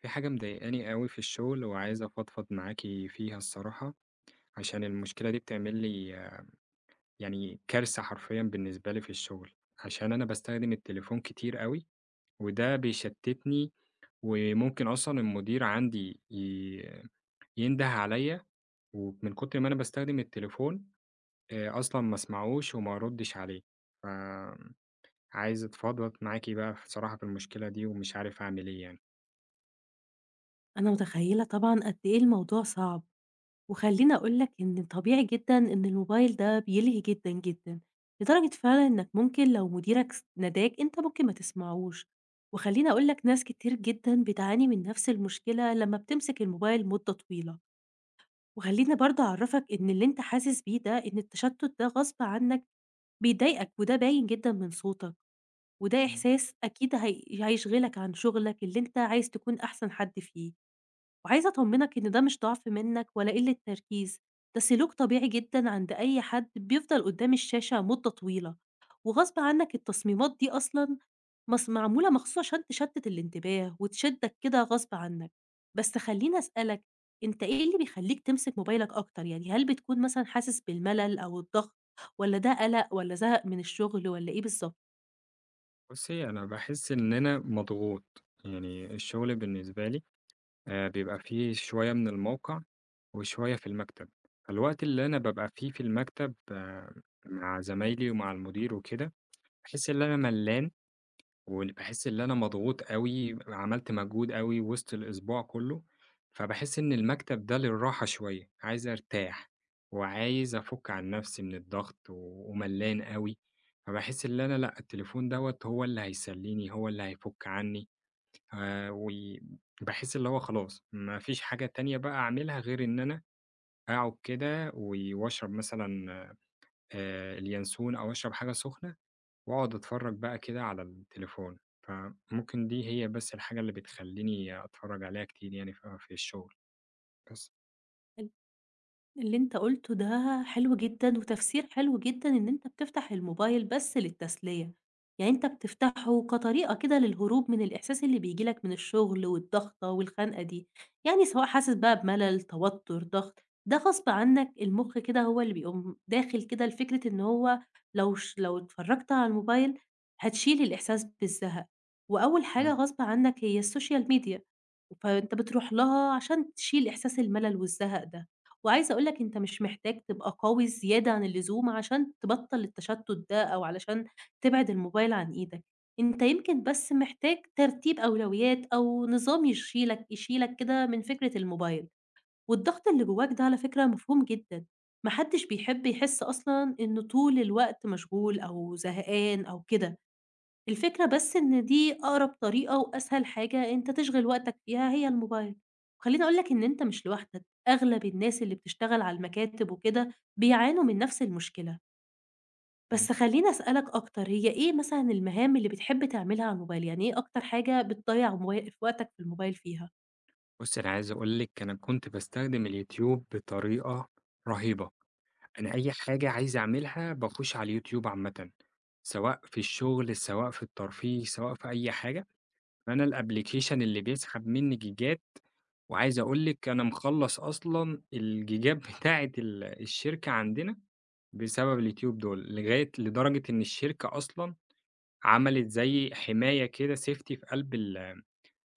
في حاجة مضايقاني أوي في الشغل وعايز أفضفض معاكِ فيها الصراحة، عشان المشكلة دي بتعمل لي يعني كارثة حرفيًا بالنسبة لي في الشغل، عشان أنا باستخدم التليفون كتير أوي، وده بيشتتني وممكن أصلًا المدير عندي ينده عليَّ ومن كتر ما أنا باستخدم التليفون أصلًا ما اسمعوش وما أردش عليه، فعايز أتفضفض معاكِ بقى بصراحة في الصراحة في المشكلة دي ومش عارف أعمل إيه أنا متخيّلة طبعًا قد إيه الموضوع صعب، وخلّيني أقول لك إن طبيعي جدًا إن الموبايل ده بيلهي جدًا، جدًا، لدرجة فعلًا إنك ممكن لو مديرك ناداك أنت ممكن ما تسمعوش، وخلّيني أقول لك ناس كتير جدًا بتعاني من نفس المشكلة لمّا بتمسك الموبايل مدة طويلة، وخلّيني برضه أعرّفك إن اللي أنت حاسس بيه ده إن التشتت ده غصب عنك بيضايقك وده باين جدًا من صوتك، وده يعني. إحساس أكيد هيشغلك عن شغلك اللي أنت عايز تكون أحسن حد فيه. وعايزة أطمنك إن ده مش ضعف منك ولا قلة تركيز، ده سلوك طبيعي جدًا عند أي حد بيفضل قدام الشاشة مدة طويلة، وغصب عنك التصميمات دي أصلًا معمولة مخصوص عشان تشتت الانتباه وتشدك كده غصب عنك. بس خلّيني أسألك، أنت إيه اللي بيخلّيك تمسك موبايلك أكتر؟ يعني هل بتكون مثلًا حاسس بالملل أو الضغط والّا ده قلق والّا زهق من الشغل والّا إيه بالضبط؟ بُصّي، أنا باحس إن أنا مضغوط، يعني الشغل بالنسبة لي بيبقى فيه شوية من الموقع وشوية في المكتب، فالوقت اللي أنا بابقى فيه في المكتب مع زمايلي ومع المدير وكده، باحس إن أنا ملّان وباحس اللي أنا مضغوط أوي، عملت مجهود أوي وسط الأسبوع كلّه، فباحس إن المكتب ده للراحة شوية، عايز أرتاح وعايز أفُك عن نفسي من الضغط وملّان أوي، فباحس اللي أنا لأ، التليفون دوّة هو اللي هيسلّيني، هو اللي هيفُك عني وي باحس اللي هو خلاص ما فيش حاجة تانية بقى أعملها غير إن أنا أقعد كده وأشرب مثلًا اليانسون أو أشرب حاجة سُخنة وأقعد أتفرّج بقى كده على التليفون، فممكن دي هي بس الحاجة اللي بتخلّيني أتفرّج عليها كتير يعني في الشغل بس. اللي أنت قُلته ده حلو جدًا، وتفسير حلو جدًا إن أنت بتفتح الموبايل بس للتسلية، يعني أنت بتفتحه كطريقة كده للهروب من الإحساس اللي بييجي لك من الشغل والضغطة والخنقة دي، يعني سواء حاسس بقى بملل، توتر، ضغط، ده غصب عنك المُخ كده هو اللي بيقوم داخل كده لفكرة إن هو لو اتفرجت على الموبايل هتشيل الإحساس بالزهق، وأول إمم، حاجة غصب عنك هي السوشيال ميديا، فأنت بتروح لها عشان تشيل إحساس الملل والزهق ده. وعايزة أقول لك أنت مش محتاج تبقى قوي زيادة عن اللزوم عشان تبطّل التشتُّت ده أو علشان تبعد الموبايل عن إيدك، أنت يمكن بس محتاج ترتيب أولويات أو نظام يشيلك كده من فكرة الموبايل، والضغط اللي جواك ده على فكرة مفهوم جدًا، ما حدش بيحب يحس أصلًا إنه طول الوقت مشغول أو زهقان أو كده. الفكرة بس إن دي أقرب طريقة وأسهل حاجة أنت تشغِل وقتك فيها هي الموبايل، وخلّيني أقول لك إن أنت مش لوحدك، أغلب الناس اللي بتشتغل على المكاتب وكده بيعانوا من نفس المشكلة. إمم. بس خلّيني أسألك أكتر، هي إيه مثلًا المهام اللي بتحب تعملها على الموبايل؟ يعني إيه أكتر حاجة بتضيّع في وقتك في الموبايل فيها؟ بُصّي، أنا عايز أقول لِك أنا كنت باستخدم اليوتيوب بطريقة رهيبة، أنا أي حاجة عايز أعملها باخُش على اليوتيوب عامةً، سواء في الشغل، سواء في الترفيه، سواء في أي حاجة. أنا الأبلكيشن اللي بيسحب منّي جيجات، وعايز أقول لِك أنا مخلّص أصلًا الجيجات بتاعة الشركة عندنا بسبب اليوتيوب دول، لدرجة إن الشركة أصلًا عملت زي حماية كده safety في قلب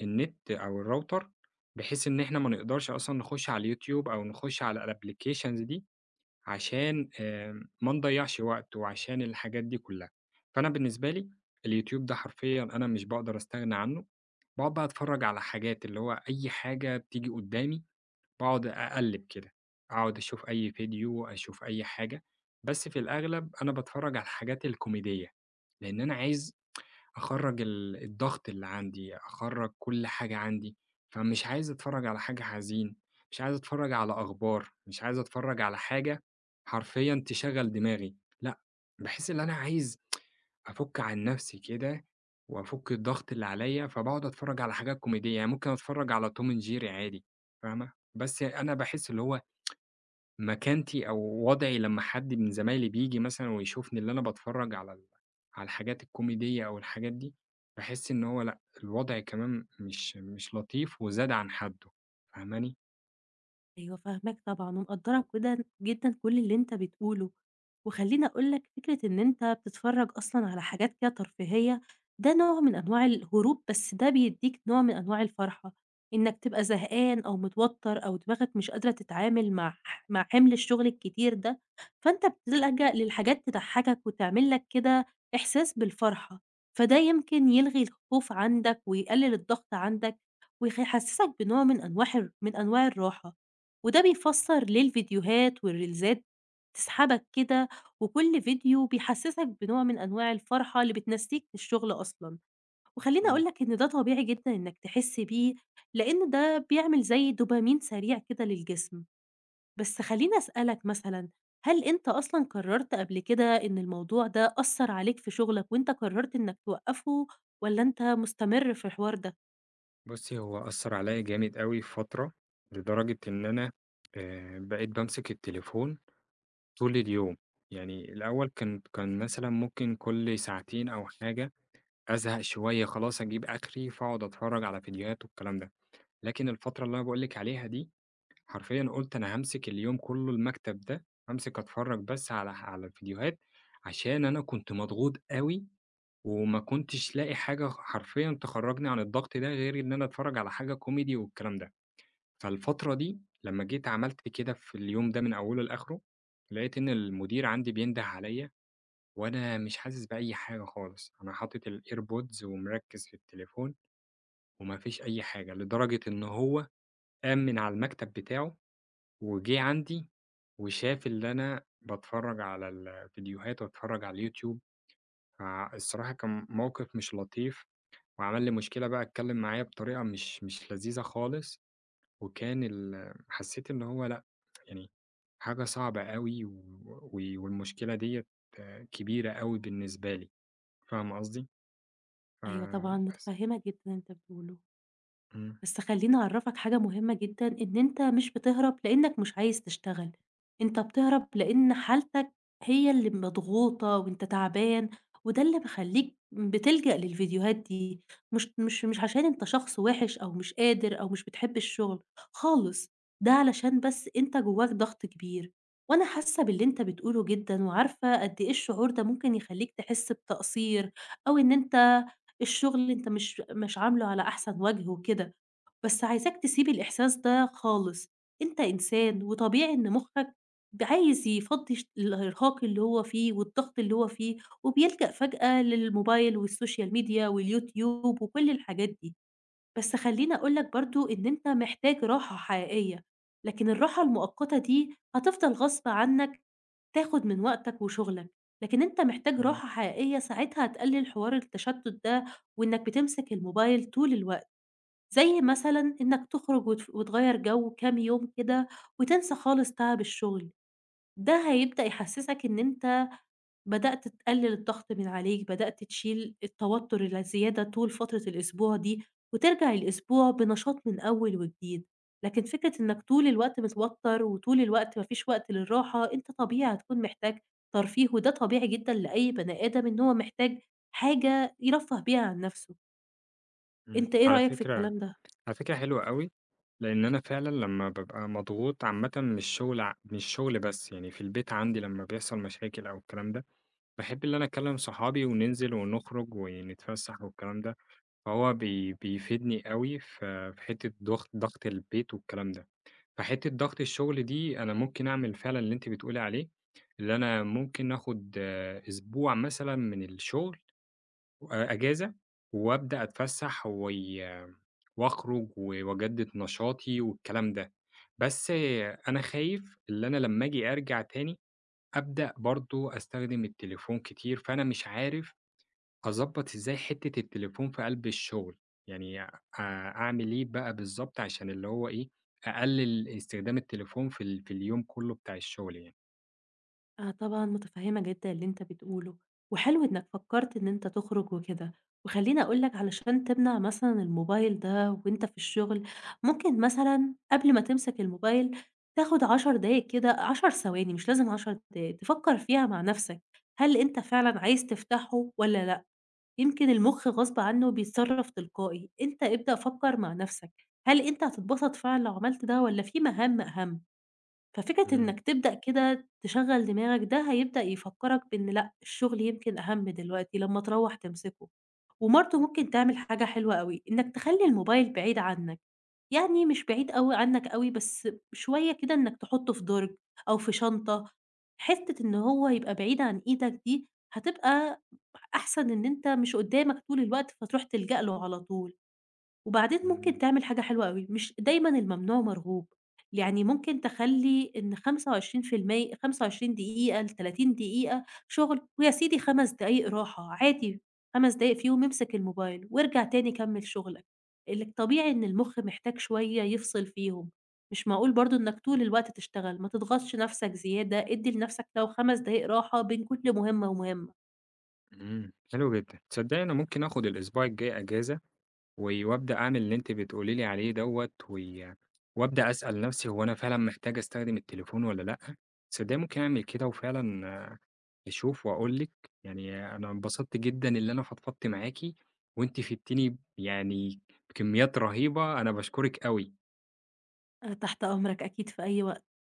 النت أو الراوتر، بحيث إن إحنا ما نقدرش أصلًا نخش على اليوتيوب أو نخش على الأبلكيشنز دي. عشان ما نضيّعش وقت وعشان الحاجات دي كلّها. فأنا بالنسبة لي اليوتيوب ده حرفيًا أنا مش باقدر أستغنى عنّه، باقعد بقى أتفرّج على حاجات اللي هو أي حاجة بتيجي قدّامي باقعد أقلّب كده، أقعد أشوف أي فيديو، أشوف أي حاجة، بس في الأغلب أنا باتفرّج على الحاجات الكوميدية، لإن أنا عايز أخرّج الضغط اللي عندي، أخرّج كل حاجة عندي، فمش عايز أتفرّج على حاجة حزين، مش عايز أتفرّج على أخبار، مش عايز أتفرّج على حاجة حرفيًا تشغّل دماغي، لأ، باحس إن أنا عايز أفُك عن نَفْسي كده وأفُك الضغط اللي عليّا، فباقعد أتفرّج على حاجات كوميدية، يعني ممكن أتفرّج على توم and jerry عادي، فاهمة؟ بس أنا باحس اللي هو مكانتي أو وضعي لمّا حد من زمايلي بييجي مثلًا ويشوفني اللي أنا باتفرّج على على الحاجات الكوميدية أو الحاجات دي، باحس إن هو لأ، الوضع كمان مش لطيف وزاد عن حدُّه، فاهماني؟ أيوه فاهماك طبعًا، ومقدّرة جدًا جدًا كل اللي أنت بتقوله، وخلّيني أقول لك فكرة إن أنت بتتفرّج أصلًا على حاجات كده ترفيهية، ده نوع من أنواع الهروب، بس ده بيدّيك نوع من أنواع الفرحة، إنك تبقى زهقان أو متوتر أو دماغك مش قادرة تتعامل مع مع حِمل الشغل الكتير ده، فأنت بتلجأ للحاجات تضحّكك وتعمل لك كده إحساس بالفرحة، فده يمكن يلغي الخوف عندك ويقلل الضغط عندك، يحسّسك بنوع من أنواح ال من أنواع الراحة. وده بيفسّر ليه الفيديوهات والريلزات تسحبك كده، وكل فيديو بيحسّسك بنوع من أنواع الفرحة اللي بتنسّيك الشغل أصلًا. وخلّيني إمم. أقول لك إن ده طبيعي جدًا إنّك تحس بيه، لإن ده بيعمل زي دوبامين سريع كده للجسم. بس خلّيني أسألك مثلًا، هل أنت أصلًا قرّرت قبل كده إن الموضوع ده أثّر عليك في شغلك وأنت قرّرت إنّك توقّفه والّا أنت مستمر في الحوار ده؟ بُصّي، هو أثّر عليّا جامد أوي في فترة، لدرجة إن أنا بقيت بامسك التليفون طول اليوم، يعني الأول كان مثلًا ممكن كل ساعتين أو حاجة أزهق شوية خلاص أجيب آخري، فاقعد أتفرّج على فيديوهات والكلام ده، لكن الفترة اللي أنا باقول لِك عليها دي حرفيًا قُلت أنا هامسك اليوم كلّه المكتب ده، هامسك أتفرّج بس على الفيديوهات، عشان أنا كنت مضغوط أوي، وما كنتش لاقي حاجة حرفيًا تخرّجني عن الضغط ده، غير إن أنا أتفرّج على حاجة كوميدي والكلام ده. فالفترة دي لمّا جيت عملت كده في اليوم ده من أوله لآخره، لقيت إن المدير عندي بينده عليَّ، وأنا مش حاسس بأي حاجة خالص، أنا حاطط الairpods ومركّز في التليفون، وما فيش أي حاجة، لدرجة إن هو قام من على المكتب بتاعه وجِه عندي وشاف اللي أنا باتفرّج على الفيديوهات واتفرّج على اليوتيوب، فالصراحة كان موقف مش لطيف وعمل لي مشكلة بقى اتكلّم معايا بطريقة مش لذيذة خالص، وكان حسّيت إن هو لأ، يعني حاجة صعبة أوي والمشكلة ديّة كبيرة أوي بالنسبة لي، فاهم قصدي؟ أيوه طبعًا، فبس. متفهّمة جدًا اللي أنت بتقوله. إمم، بس خلّيني أعرّفك حاجة مهمة جدًا، إن أنت مش بتهرب لإنّك مش عايز تشتغل، أنت بتهرب لإن حالتك هي اللي مضغوطة وأنت تعبان، وده اللي مخلّيك بتلجأ للفيديوهات دي، مش عشان أنت شخص وِحِش أو مش قادر أو مش بتحب الشغل خالص، ده علشان بس أنت جواك ضغط كبير، وأنا حاسة باللي أنت بتقوله جدًا، وعارفة قد إيه الشعور ده ممكن يخلّيك تحس بتقصير، أو إن أنت الشغل أنت مش عامله على أحسن وجه وكده. بس عايزاك تسيب الإحساس ده خالص، أنت إنسان وطبيعي إن مُخّك عايز يفضّي الإرهاق اللي هو فيه والضغط اللي هو فيه، وبيلجأ فجأة للموبايل والسوشيال ميديا واليوتيوب وكل الحاجات دي. بس خلّيني أقول لك برضه إن أنت محتاج راحة حقيقية، لكن الراحة المؤقتة دي هتفضل غصب عنّك تاخد من وقتك وشُغلك، لكن أنت محتاج إمم، راحة حقيقية ساعتها هتقلِّل حوار التشتُّت ده وإنّك بتمسك الموبايل طول الوقت. زي مثلًا إنك تخرج وتغيّر جو كام يوم كده وتنسى خالص تعب الشغل، ده هيبدأ يحسّسك إن أنت بدأت تقلل الضغط من عليك، بدأت تشيل التوتر الزيادة طول فترة الأسبوع دي، وترجع الأسبوع بنشاط من أول وجديد. لكن فكرة إنك إمم، طول الوقت متوتر وطول الوقت ما فيش وقت للراحة، أنت طبيعي هتكون محتاج ترفيه، وده طبيعي جدًا لأي بني آدم إن هو محتاج حاجة يرفّه بيها عن نفسه. إمم. أنت إيه رأيك في الكلام ده؟ على فكرة حلوة أوي، لإن أنا فعلًا لمّا بابقى مضغوط عامةً من الشغل من الشغل بس، يعني في البيت عندي لمّا بيحصل مشاكل أو الكلام ده، باحب اللي أنا أكلم صحابي وننزل ونخرج ونتفسح والكلام ده، فهو بيفيدني أوي في حتة ضغط البيت والكلام ده. فحتة ضغط الشغل دي أنا ممكن أعمل فعلًا اللي أنتِ بتقولي عليه، اللي أنا ممكن آخد آه، أسبوع مثلًا من الشغل أجازة وأبدأ أتفسّح وأخرج وأجدد نشاطي والكلام ده، بس آه، أنا خايف اللي أنا لمّا آجي أرجع تاني أبدأ برضه أستخدم التليفون كتير، فأنا مش عارف أضبّط إزاي حتّة التليفون في قلب الشغل، يعني أعمل إيه بقى بالضبط عشان اللي هو إيه، أقلل استخدام التليفون في في اليوم كلّه بتاع الشغل يعني؟ آه طبعًا متفهّمة جدًا اللي أنت بتقوله، وحلو إنك فكّرت إن أنت تخرج وكده، وخلّيني أقول لك علشان تمنع مثلًا الموبايل ده وأنت في الشغل، ممكن مثلًا قبل ما تمسك الموبايل تاخد 10 دقايق كده 10 ثواني مش لازم 10 دقايق، تفكّر فيها مع نَفْسك، هل أنت فعلًا عايز تفتحه والّا لأ؟ يمكن المُخ غصب عنّه بيتصرّف تلقائي، أنت ابدأ فكّر مع نَفْسك، هل أنت هتتبسط فعلًا لو عملت ده والّا في مهام أهَم؟ ففكرة إمم، إنك تبدأ كده تشغّل دماغك ده هيبدأ يفكّرك بإن لأ، الشغل يمكن أهَم دلوقتي لمّا تروّح تمسكه، وبرضه ممكن تعمل حاجة حلوة أوي، إنك تخلّي الموبايل بعيد عنك، يعني مش بعيد أوي عنك أوي بس شوية كده إنك تحطّه في درج أو في شنطة، حتّة إن هو يبقى بعيد عن إيدك دي هتبقى أحسن إن أنت مش قدّامك طول الوقت فتروح تلجأ له على طول. وبعدين ممكن إمم، تعمل حاجة حلوة أوي، مش دايمًا الممنوع مرغوب، يعني ممكن تخلّي إن 25% 25 دقيقة ل30 دقيقة شغل، ويا سيدي 5 دقايق راحة، عادي 5 دقايق فيهم امسك الموبايل وارجع تاني كمّل شغلك، طبيعي إن المُخ محتاج شوية يفصل فيهم، مش معقول برضه إنك طول الوقت تشتغل، ما تضغطش نَفْسك زيادة، ادّي لنَفْسك لو 5 دقايق راحة بين كل مهمة ومهمة. إمم. حلو جدًا، تصدّقي أنا ممكن آخد الأسبوع الجاي أجازة؟ وابدأ أعمل اللي أنتِ بتقولي لي عليه دوّة وابدأ أسأل نفسي هو أنا فعلًا محتاج أستخدم التليفون والّا لأ؟ تصدقي ممكن أعمل كده وفعلًا آه، أشوف وأقول لِك، يعني أنا انبسطت جدًا اللي أنا فضفضت معاكِ، وأنتِ فدتيني يعني بكميات رهيبة، أنا باشكرِك أوي. أنا تحت أمرك أكيد في أي وقت.